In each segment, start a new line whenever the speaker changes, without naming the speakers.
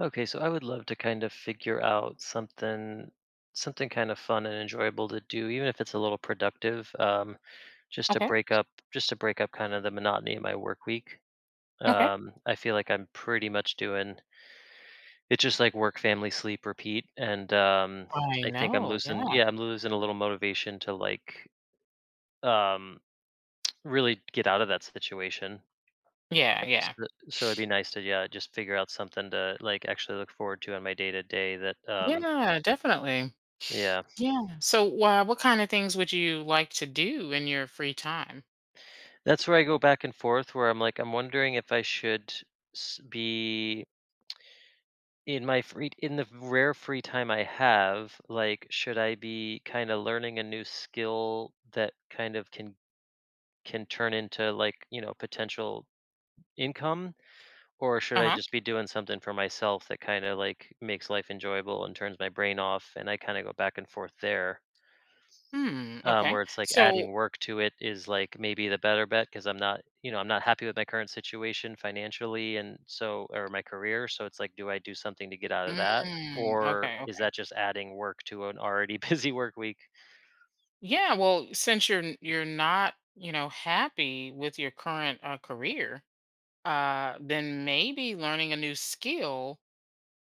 Okay, so I would love to kind of figure out something kind of fun and enjoyable to do, even if it's a little productive, just to
Okay.
break up just to break up kind of the monotony of my work week.
Okay.
I feel like I'm pretty much doing it's just like work, family, sleep, repeat, and
I
I think I'm
know. Yeah.
losing yeah, I'm losing a little motivation to um, really get out of that situation.
Yeah. Yeah.
So it'd be nice to yeah, just figure out something to like actually look forward to on my day to day that
Yeah. Definitely.
yeah
Yeah. So, what kind of things would you like to do in your free time?
That's where I go back and forth where I'm like, I'm wondering if I should s- be in the rare free time I have, like should I be kind of learning a new skill that kind of can turn into, like, you know, potential income, or should
Uh
I
huh.
just be doing something for myself that kind of like makes life enjoyable and turns my brain off, and I kind of go back and forth there.
Hmm.
Where
Okay.
it's like adding
So.
work to it is like maybe the better bet, because I'm not, you know, I'm not happy with my current situation financially and so, or my career. So it's like, do I do something to get out of that?
Mm,
Or
okay.
is
Okay.
that just adding work to an already busy work week?
Yeah. Well, since you're not happy with your current career, then maybe learning a new skill,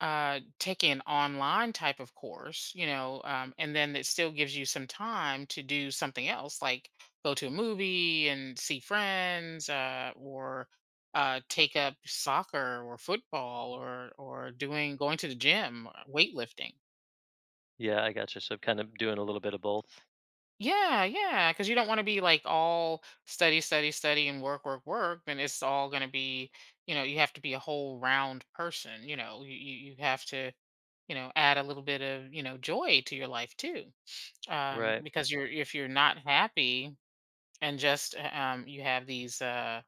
taking an online type of course, and then it still gives you some time to do something else, like go to a movie and see friends, or take up soccer or football, or doing going to the gym, weightlifting.
Yeah, I gotcha. So kind of doing a little bit of both.
Yeah, yeah, because you don't want to be like all study, study, study, and work, work, work. Then it's all going to be, you have to be a whole round person. You know, you have to add a little bit of joy to your life too,
Right.
because you're if you're not happy and just you have these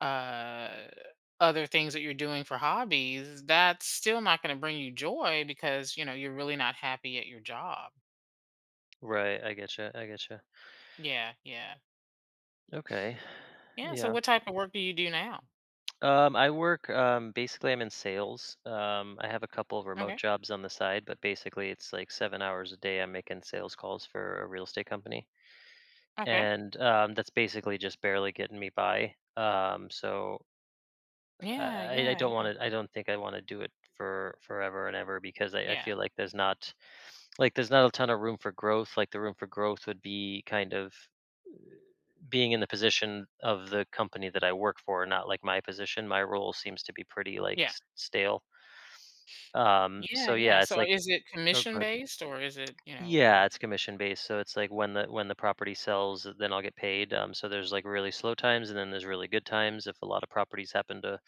uh other things that you're doing for hobbies that's still not going to bring you joy because you're really not happy at your job.
Right. I getcha. I getcha.
Yeah, yeah,
Okay.
yeah. So
Yeah.
what type of work do you do now?
I work, basically I'm in sales. I have a couple of remote
Okay.
jobs on the side, but basically it's like 7 hours a day. I'm making sales calls for a real estate company.
Okay.
And that's basically just barely getting me by. Um, so uh,
Yeah,
I, I
yeah,
don't
yeah,
want to. I don't think I want to do it for forever and ever, because I
yeah,
feel like there's not a ton of room for growth. Like the room for growth would be kind of being in the position of the company that I work for, not like my position. My role seems to be pretty like
yeah,
stale.
yeah,
So
yeah.
yeah, it's
So
like.
is it
Oh, go
commission
ahead.
based, or is it,
Yeah, it's commission based, so it's like when the property sells, then I'll get paid. So there's like really slow times, and then there's really good times. If a lot of properties happen to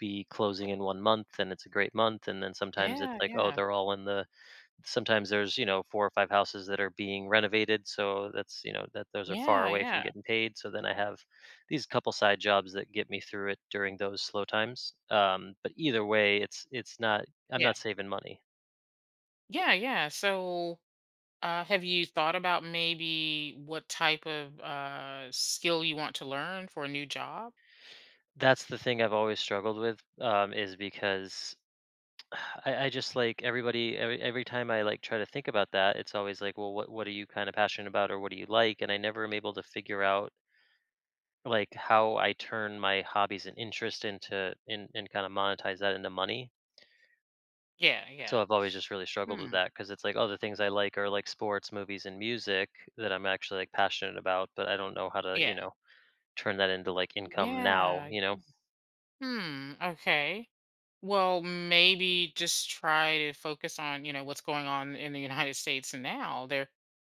be closing in 1 month, then it's a great month. And then sometimes it's
yeah,
like, oh,
yeah,
they're all in the. Sometimes there's, you know, four or five houses that are being renovated, so that's, you know, that those are far
yeah,
away from
yeah,
getting paid. So then I have these couple side jobs that get me through it during those slow times. But either way, it's not. I'm
yeah.
not saving money.
Yeah, yeah. So, have you thought about maybe what type of skill you want to learn for a new job?
That's the thing I've always struggled with, is because I just like every time I like try to think about that, it's always like, well, what are you kind of passionate about, or what do you like? And I never am able to figure out like how I turn my hobbies and interest into in and kind of monetize that into money.
Yeah, yeah.
So I've always just really struggled with
Hmm.
that, because it's like, oh, the things I like are like sports, movies, and music that I'm actually like passionate about, but I don't know how to, you
Yeah.
know, turn that into like income now,
Yeah.
you know?
Yeah. Hmm. Okay. Well, maybe just try to focus on, what's going on in the United States now. There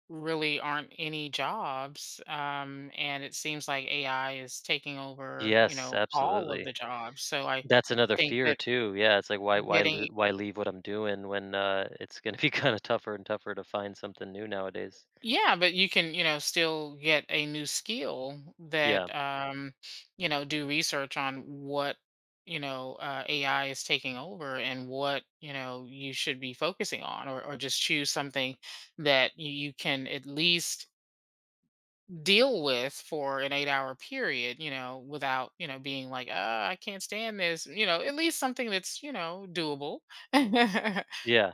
really aren't any jobs, and it seems like AI is taking over,
Yes,
all of
absolutely.
the jobs. So I
That's another
think
fear
that
too. Yeah, it's like why why loo
getting.
why leave what I'm doing when, it's gonna be kinda tougher and tougher to find something new nowadays.
Yeah, but you can, still get a new skill,
Yeah.
that, do research on what, AI is taking over and what, you should be focusing on, or, just choose something that you can at least deal with for an 8-hour period, without, being like, I can't stand this, at least something that's, doable.
Yeah.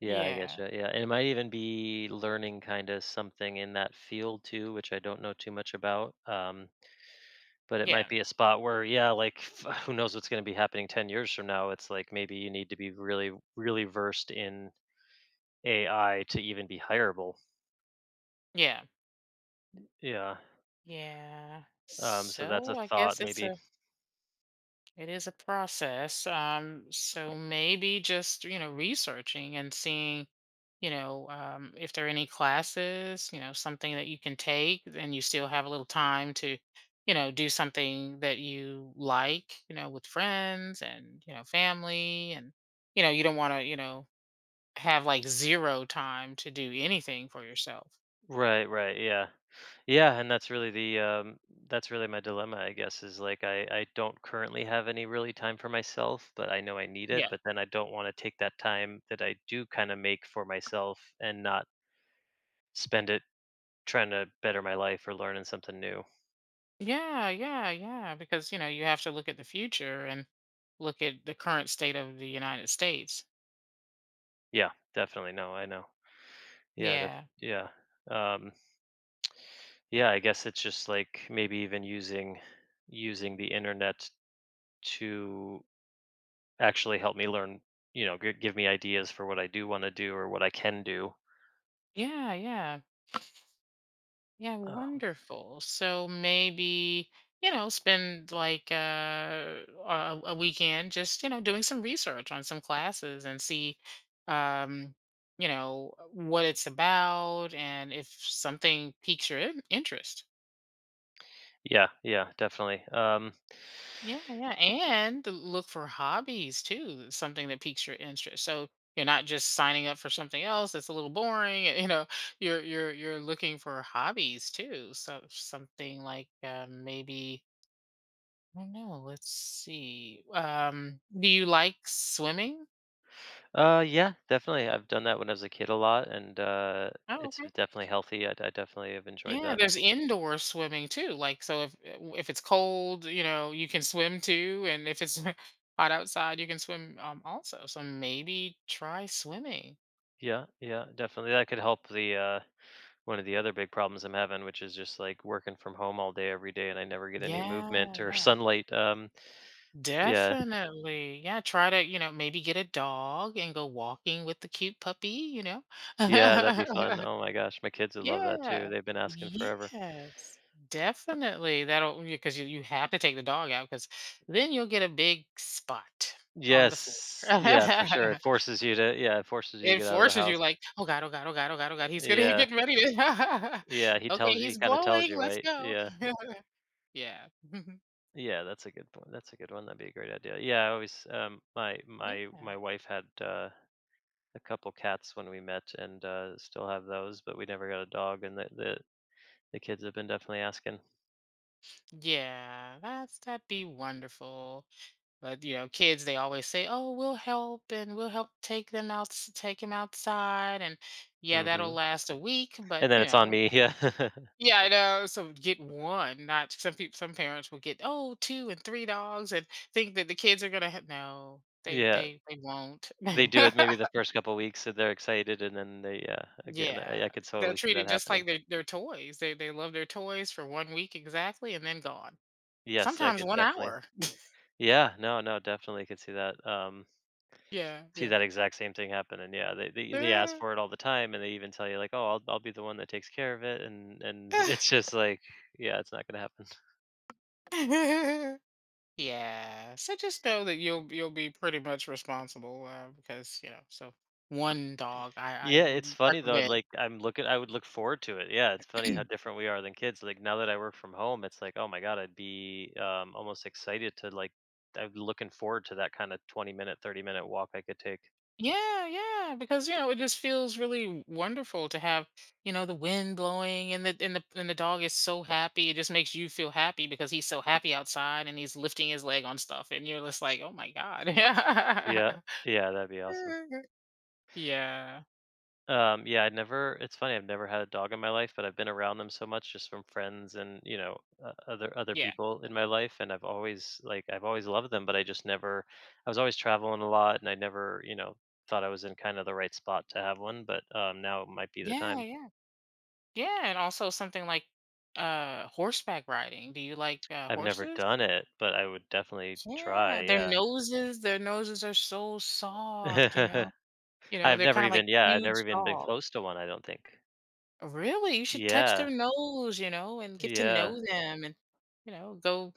Yeah, I
Yeah.
getcha, yeah, and it might even be learning kinda something in that field too, which I don't know too much about, but it might
Yeah.
be a spot where, yeah, like, who knows what's gonna be happening 10 years from now. It's like maybe you need to be really, really versed in AI to even be hireable.
Yeah.
Yeah,
Yeah.
so that's a
So I
thought
guess it's
maybe.
a. It is a process. So maybe just, researching and seeing, if there are any classes, something that you can take, and you still have a little time to, do something that you like, with friends and, family. And, you don't want to, have like zero time to do anything for yourself.
Right, right. Yeah. Yeah, and that's really the that's really my dilemma, I guess, is like I don't currently have any really time for myself, but I know I need it,
Yeah.
but then I don't want to take that time that I do kind of make for myself and not spend it trying to better my life or learning something new.
Yeah. Yeah. Yeah. Because, you have to look at the future and look at the current state of the United States.
Yeah, definitely. No, I know. Yeah, that's
Yeah.
yeah. Um yeah, I guess it's just like maybe even using the internet to actually help me learn, you know, give me ideas for what I do want to do or what I can do.
Yeah. Yeah. Yeah.
Um,
Wonderful. So maybe, spend like a weekend just, doing some research on some classes and see, um, what it's about and if something piques your interest.
yeah, yeah, definitely.
Yeah, yeah, and to look for hobbies too, something that piques your interest. So you're not just signing up for something else that's a little boring. You know, you're looking for hobbies too. So something like maybe I don't know. Let's see. Do you like swimming?
Yeah, definitely. I've done that when I was a kid a lot, and
Oh,
it's
okay.
definitely healthy. I definitely have enjoyed
Yeah,
that.
there's indoor swimming too. Like so, if it's cold, you can swim too, and if it's hot outside, you can swim also. So maybe try swimming.
Yeah, yeah, definitely. That could help the one of the other big problems I'm having, which is just like working from home all day every day, and I never get any movement
Yeah,
or
yeah,
sunlight. Yeah,
definitely. Yeah, try to, maybe get a dog and go walking with the cute puppy, you know?
yeah, that'd be fun. Oh my gosh, my kids would love that too.
Yeah.
They've been asking forever.
Yes, definitely. That'll because you have to take the dog out, because then you'll get a big spot on the floor.
Yes. Yeah, for sure. It forces you to yeah, it forces you to
It
get out of the
forces
house.
you like, oh God, oh God, oh God, oh God, oh God. He's gonna
Yeah.
get ready to
Yeah, he
Okay,
tells you he
he's
kinda tells
blowing.
you,
Let's
right?
go.
Yeah.
Yeah.
Yeah, that's a good point. That's a good one. That'd be a great idea. Yeah, I always um my my
Yeah.
my wife had a couple cats when we met, and still have those, but we never got a dog, and the kids have been definitely asking.
Yeah, That'd be wonderful. But kids, they always say, "Oh, we'll help, and we'll help take them out, take him outside." And yeah, that'll
Mhm.
last a week, but
And then it's on me, yeah.
yeah, I know. So get one, not some people. Some parents will get, oh, two and three dogs, and think that the kids are gonna no,
Yeah.
they won't.
They do it maybe the first couple weeks so they're excited, and then they yeah, again, I
Yeah,
could
they'll
totally see
treat
that
it just
happening.
like their toys. They love their toys for one week exactly, and then gone.
Yes, I
Sometimes
could
one
definitely
hour.
Yeah, no, no, definitely could see that.
Yeah,
See
yeah.
that exact same thing happen, and yeah, they ask for it all the time, and they even tell you like, "Oh, I'll be the one that takes care of it," and it's just like, yeah, it's not gonna happen.
Yeah. So just know that you'll be pretty much responsible, because. So one dog, I
Yeah, it's
would
funny though.
recommend.
Like I'm looking, I would look forward to it. Yeah, it's funny how different we are than kids. Like now that I work from home, it's like, oh my god, I'd be almost excited to like, I'm looking forward to that kind of 20 minute, 30-minute walk I could take.
Yeah, yeah, because it just feels really wonderful to have the wind blowing, and the dog is so happy. It just makes you feel happy because he's so happy outside, and he's lifting his leg on stuff, and you're just like, oh my god. Yeah,
Yeah, yeah, that'd be awesome.
yeah,
Yeah, I'd never it's funny, I've never had a dog in my life, but I've been around them so much just from friends and, you know, other people in my life, and I've always I've always loved them, but I just never I was always traveling a lot, and I never, you know, thought I was in kind of the right spot to have one, but now might be the
yeah,
time.
yeah. Yeah, and also something like horseback riding. Do you like
I've never
horses?
done it, but I would definitely try,
Yeah,
yeah.
their noses are so soft. You know,
I've
they're
never
kind of like
even yeah, I've never
huge
even been
dogs.
close to one, I don't think.
Really? You should touch
Yeah.
their nose, and get to
Yeah.
know them, and go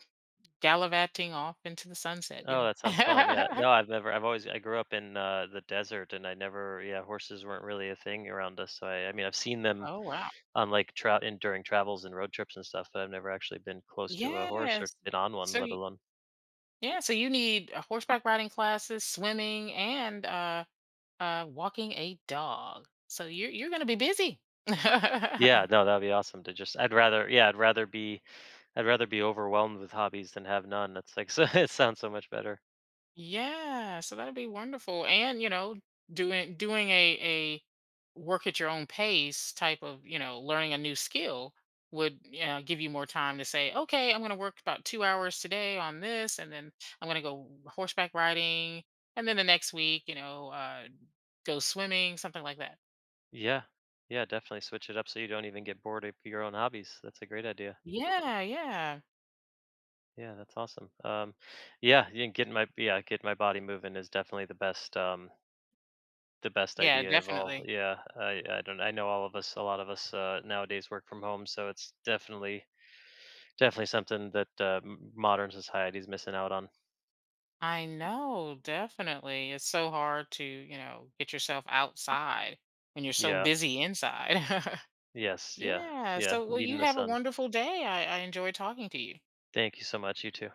gallivanting off into the sunset, you
Oh, that sounds fun. Yeah.
know.
No, I've never. I've always. I grew up in the desert, and I never. Yeah, horses weren't really a thing around us. So I. I mean, I've seen them
Oh wow.
on like trout in during travels and road trips and stuff, but I've never actually been close to a horse or
Yes.
been on one,
So
let alone.
yeah, so you need horseback riding classes, swimming, and walking a dog. So you're gonna be busy.
Yeah. No, that'd be awesome to just. I'd rather. Yeah, I'd rather be. I'd rather be overwhelmed with hobbies than have none. That's like. So it sounds so much better.
Yeah, so that'd be wonderful. And, doing a work at your own pace type of, learning a new skill, would, give you more time to say, okay, I'm going to work about 2 hours today on this, and then I'm going to go horseback riding, and then the next week, go swimming, something like that.
Yeah. Yeah. Definitely switch it up so you don't even get bored of your own hobbies. That's a great idea.
Yeah, yeah,
Yeah, that's awesome. Yeah, yeah, get my body moving is definitely the best
yeah,
idea of all.
definitely.
Yeah, I don't I know all of us a lot of us nowadays work from home, so it's definitely something that modern society is missing out on.
I know, definitely. It's so hard to, get yourself outside when you're so
Yeah.
busy inside.
Yes. Yeah.
Yeah.
Yeah.
So, well,
Needing
you
the
have a
sun.
wonderful day. I enjoy talking to you.
Thank you so much. You too.